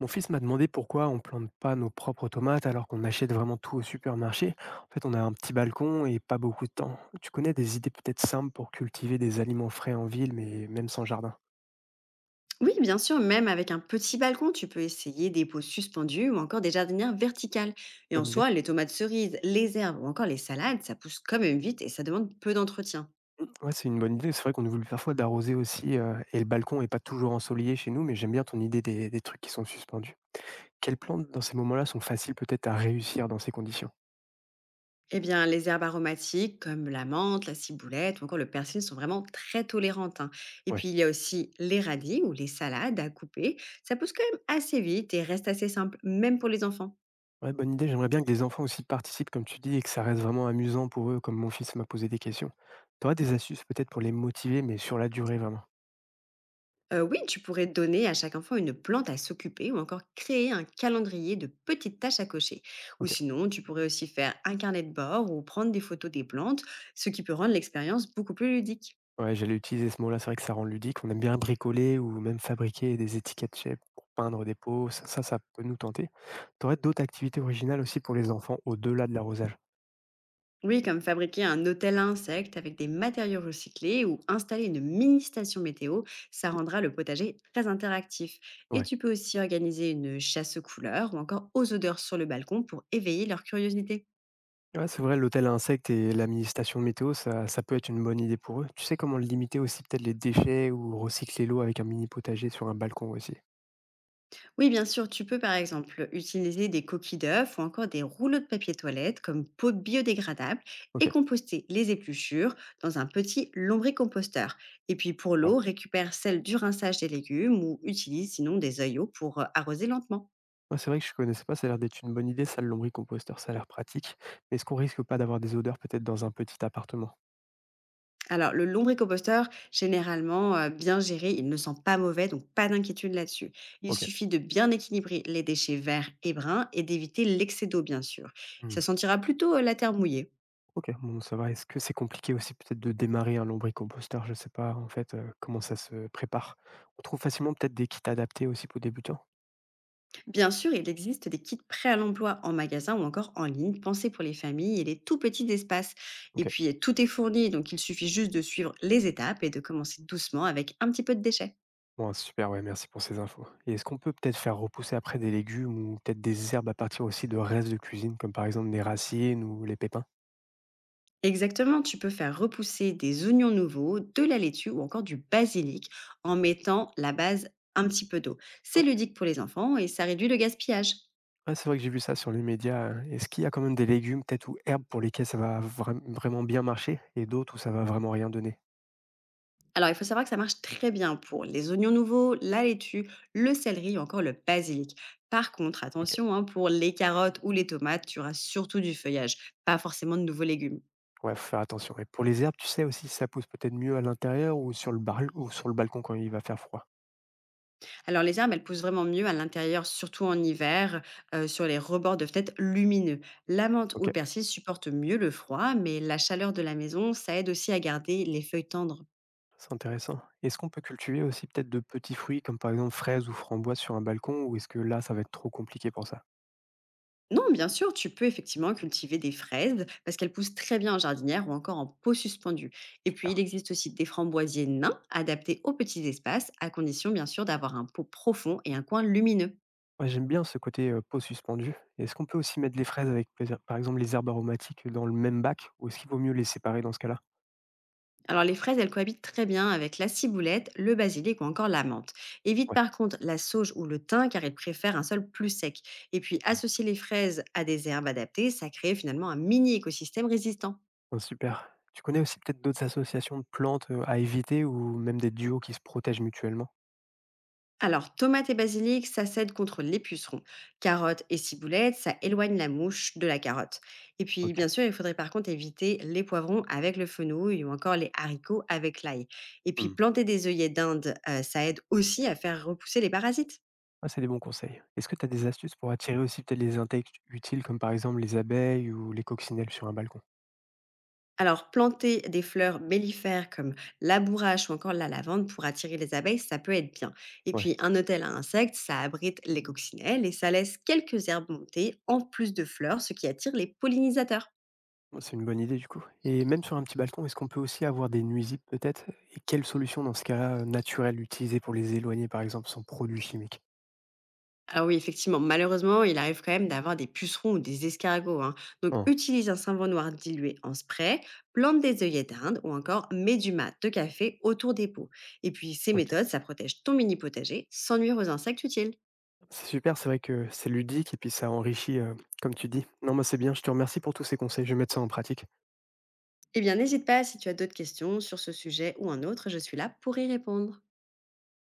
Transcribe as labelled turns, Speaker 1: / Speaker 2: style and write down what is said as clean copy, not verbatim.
Speaker 1: Mon fils m'a demandé pourquoi on plante pas nos propres tomates alors qu'on achète vraiment tout au supermarché. En fait, on a un petit balcon et pas beaucoup de temps. Tu connais des idées peut-être simples pour cultiver des aliments frais en ville, mais même sans jardin.
Speaker 2: Oui, bien sûr, même avec un petit balcon, tu peux essayer des pots suspendus ou encore des jardinières verticales. Et en
Speaker 1: Bonne idée.
Speaker 2: soi, les tomates cerises, les herbes ou encore les salades, ça pousse quand même vite et ça demande peu d'entretien.
Speaker 1: Ouais, c'est une bonne idée. C'est vrai qu'on oublie parfois d'arroser aussi. Et le balcon est pas toujours ensoleillé chez nous, mais j'aime bien ton idée des trucs qui sont suspendus. Quelles plantes dans ces moments-là sont faciles peut-être à réussir dans ces conditions?
Speaker 2: Eh bien, les herbes aromatiques comme la menthe, la ciboulette ou encore le persil sont vraiment très tolérantes, hein. Et
Speaker 1: Ouais.
Speaker 2: puis, il y a aussi les radis ou les salades à couper. Ça pousse quand même assez vite et reste assez simple, même pour les enfants.
Speaker 1: Ouais, bonne idée. J'aimerais bien que les enfants aussi participent, comme tu dis, et que ça reste vraiment amusant pour eux, comme mon fils m'a posé des questions. T'aurais des astuces peut-être pour les motiver, mais sur la durée vraiment.
Speaker 2: Oui, tu pourrais donner à chaque enfant une plante à s'occuper ou encore créer un calendrier de petites tâches à cocher. Ou
Speaker 1: Ok.
Speaker 2: sinon, tu pourrais aussi faire un carnet de bord ou prendre des photos des plantes, ce qui peut rendre l'expérience beaucoup plus ludique.
Speaker 1: Ouais, j'allais utiliser ce mot-là. C'est vrai que ça rend ludique. On aime bien bricoler ou même fabriquer des étiquettes chez pour peindre des pots. Ça peut nous tenter. T'aurais d'autres activités originales aussi pour les enfants au-delà de l'arrosage.
Speaker 2: Oui, comme fabriquer un hôtel à insectes avec des matériaux recyclés ou installer une mini station météo, ça rendra le potager très interactif. Et
Speaker 1: Ouais.
Speaker 2: tu peux aussi organiser une chasse aux couleurs ou encore aux odeurs sur le balcon pour éveiller leur curiosité.
Speaker 1: Ouais, c'est vrai, l'hôtel à insectes et la mini-station météo, ça peut être une bonne idée pour eux. Tu sais comment limiter aussi peut-être les déchets ou recycler l'eau avec un mini potager sur un balcon aussi.
Speaker 2: Oui, bien sûr, tu peux par exemple utiliser des coquilles d'œufs ou encore des rouleaux de papier toilette comme peau biodégradable et
Speaker 1: Ok.
Speaker 2: composter les épluchures dans un petit lombricomposteur. Et puis pour l'eau,
Speaker 1: Bravo.
Speaker 2: récupère celle du rinçage des légumes ou utilise sinon des œillots pour arroser lentement.
Speaker 1: Ouais, c'est vrai que je connaissais pas, ça a l'air d'être une bonne idée, ça, le lombricomposteur, ça a l'air pratique. Mais est-ce qu'on risque pas d'avoir des odeurs peut-être dans un petit appartement?
Speaker 2: Alors le lombricomposteur, généralement bien géré, il ne sent pas mauvais, donc pas d'inquiétude là-dessus. Il
Speaker 1: Ok.
Speaker 2: suffit de bien équilibrer les déchets verts et bruns et d'éviter l'excès d'eau, bien sûr.
Speaker 1: Hmm.
Speaker 2: Ça sentira plutôt la terre mouillée.
Speaker 1: OK, bon ça va. Est-ce que c'est compliqué aussi peut-être de démarrer un lombricomposteur? Je sais pas en fait, comment ça se prépare? On trouve facilement peut-être des kits adaptés aussi pour débutants?
Speaker 2: Bien sûr, il existe des kits prêts à l'emploi en magasin ou encore en ligne, pensés pour les familles et les tout petits espaces. Et
Speaker 1: OK.
Speaker 2: puis, tout est fourni, donc il suffit juste de suivre les étapes et de commencer doucement avec un petit peu de déchets.
Speaker 1: Bon, super, ouais, merci pour ces infos. Et est-ce qu'on peut peut-être faire repousser après des légumes ou peut-être des herbes à partir aussi de restes de cuisine, comme par exemple des racines ou les pépins?
Speaker 2: Exactement, tu peux faire repousser des oignons nouveaux, de la laitue ou encore du basilic en mettant la base un petit peu d'eau. C'est
Speaker 1: OK.
Speaker 2: ludique pour les enfants et ça réduit le gaspillage.
Speaker 1: Ouais, c'est vrai que j'ai vu ça sur les médias, est-ce qu'il y a quand même des légumes peut-être ou herbes pour lesquelles ça va vraiment bien marcher et d'autres où ça va vraiment rien donner?
Speaker 2: Alors, il faut savoir que ça marche très bien pour les oignons nouveaux, la laitue, le céleri ou encore le basilic. Par contre,
Speaker 1: OK,
Speaker 2: attention, hein, pour les carottes ou les tomates, tu auras surtout du feuillage, pas forcément de nouveaux légumes.
Speaker 1: ouais, faut faire attention. Et pour les herbes, tu sais aussi si ça pousse peut-être mieux à l'intérieur ou sur le barl ou sur le balcon quand il va faire froid?
Speaker 2: Alors, les herbes, elles poussent vraiment mieux à l'intérieur, surtout en hiver, sur les rebords de fenêtres lumineux. La menthe ou le
Speaker 1: OK,
Speaker 2: persil supportent mieux le froid, mais la chaleur de la maison, ça aide aussi à garder les feuilles tendres.
Speaker 1: c'est intéressant. Est-ce qu'on peut cultiver aussi peut-être de petits fruits comme par exemple fraises ou framboises sur un balcon, ou est-ce que là ça va être trop compliqué pour ça?
Speaker 2: Non, bien sûr, tu peux effectivement cultiver des fraises parce qu'elles poussent très bien en jardinière ou encore en pot suspendu. Et puis,
Speaker 1: Super.
Speaker 2: il existe aussi des framboisiers nains adaptés aux petits espaces, à condition bien sûr d'avoir un pot profond et un coin lumineux.
Speaker 1: Ouais, j'aime bien ce côté, pot suspendu. Est-ce qu'on peut aussi mettre les fraises avec par exemple les herbes aromatiques dans le même bac, ou est-ce qu'il vaut mieux les séparer dans ce cas-là?
Speaker 2: Alors, les fraises, elles cohabitent très bien avec la ciboulette, le basilic ou encore la menthe. Évite
Speaker 1: Ouais.
Speaker 2: par contre la sauge ou le thym car ils préfèrent un sol plus sec. Et puis,
Speaker 1: Mmh.
Speaker 2: associer les fraises à des herbes adaptées, ça crée finalement un mini écosystème résistant.
Speaker 1: Oh super. Tu connais aussi peut-être d'autres associations de plantes, à éviter ou même des duos qui se protègent mutuellement?
Speaker 2: Alors, tomates et basilic, ça s'aide contre les pucerons. Carottes et ciboulettes, ça éloigne la mouche de la carotte. Et puis,
Speaker 1: OK.
Speaker 2: bien sûr, il faudrait par contre éviter les poivrons avec le fenouil ou encore les haricots avec l'ail. Et puis,
Speaker 1: Mmh.
Speaker 2: planter des œillets d'Inde, ça aide aussi à faire repousser les parasites.
Speaker 1: Ah, c'est des bons conseils. Est-ce que tu as des astuces pour attirer aussi peut-être les insectes utiles comme par exemple les abeilles ou les coccinelles sur un balcon?
Speaker 2: Alors, planter des fleurs mellifères comme la bourrache ou encore la lavande pour attirer les abeilles, ça peut être bien. Et
Speaker 1: Ouais.
Speaker 2: puis, un hôtel à insectes, ça abrite les coccinelles et ça laisse quelques herbes monter en plus de fleurs, ce qui attire les pollinisateurs.
Speaker 1: Bah, c'est une bonne idée du coup. Et même sur un petit balcon, est-ce qu'on peut aussi avoir des nuisibles peut-être? Et quelles solutions dans ce cas-là, naturelles utiliser pour les éloigner par exemple sans produits chimiques?
Speaker 2: Ah oui, effectivement, malheureusement, il arrive quand même d'avoir des pucerons ou des escargots, hein. Donc,
Speaker 1: Hein,
Speaker 2: utilise un savon noir dilué en spray, plante des œillets d'Inde ou encore mets du mat de café autour des pots. Et puis, ces
Speaker 1: OK.
Speaker 2: méthodes, ça protège ton mini potager sans nuire aux insectes utiles.
Speaker 1: C'est super, c'est vrai que c'est ludique et puis ça enrichit, comme tu dis. Non, moi c'est bien, je te remercie pour tous ces conseils, je vais mettre ça en pratique.
Speaker 2: Eh bien, n'hésite pas si tu as d'autres questions sur ce sujet ou un autre, je suis là pour y répondre.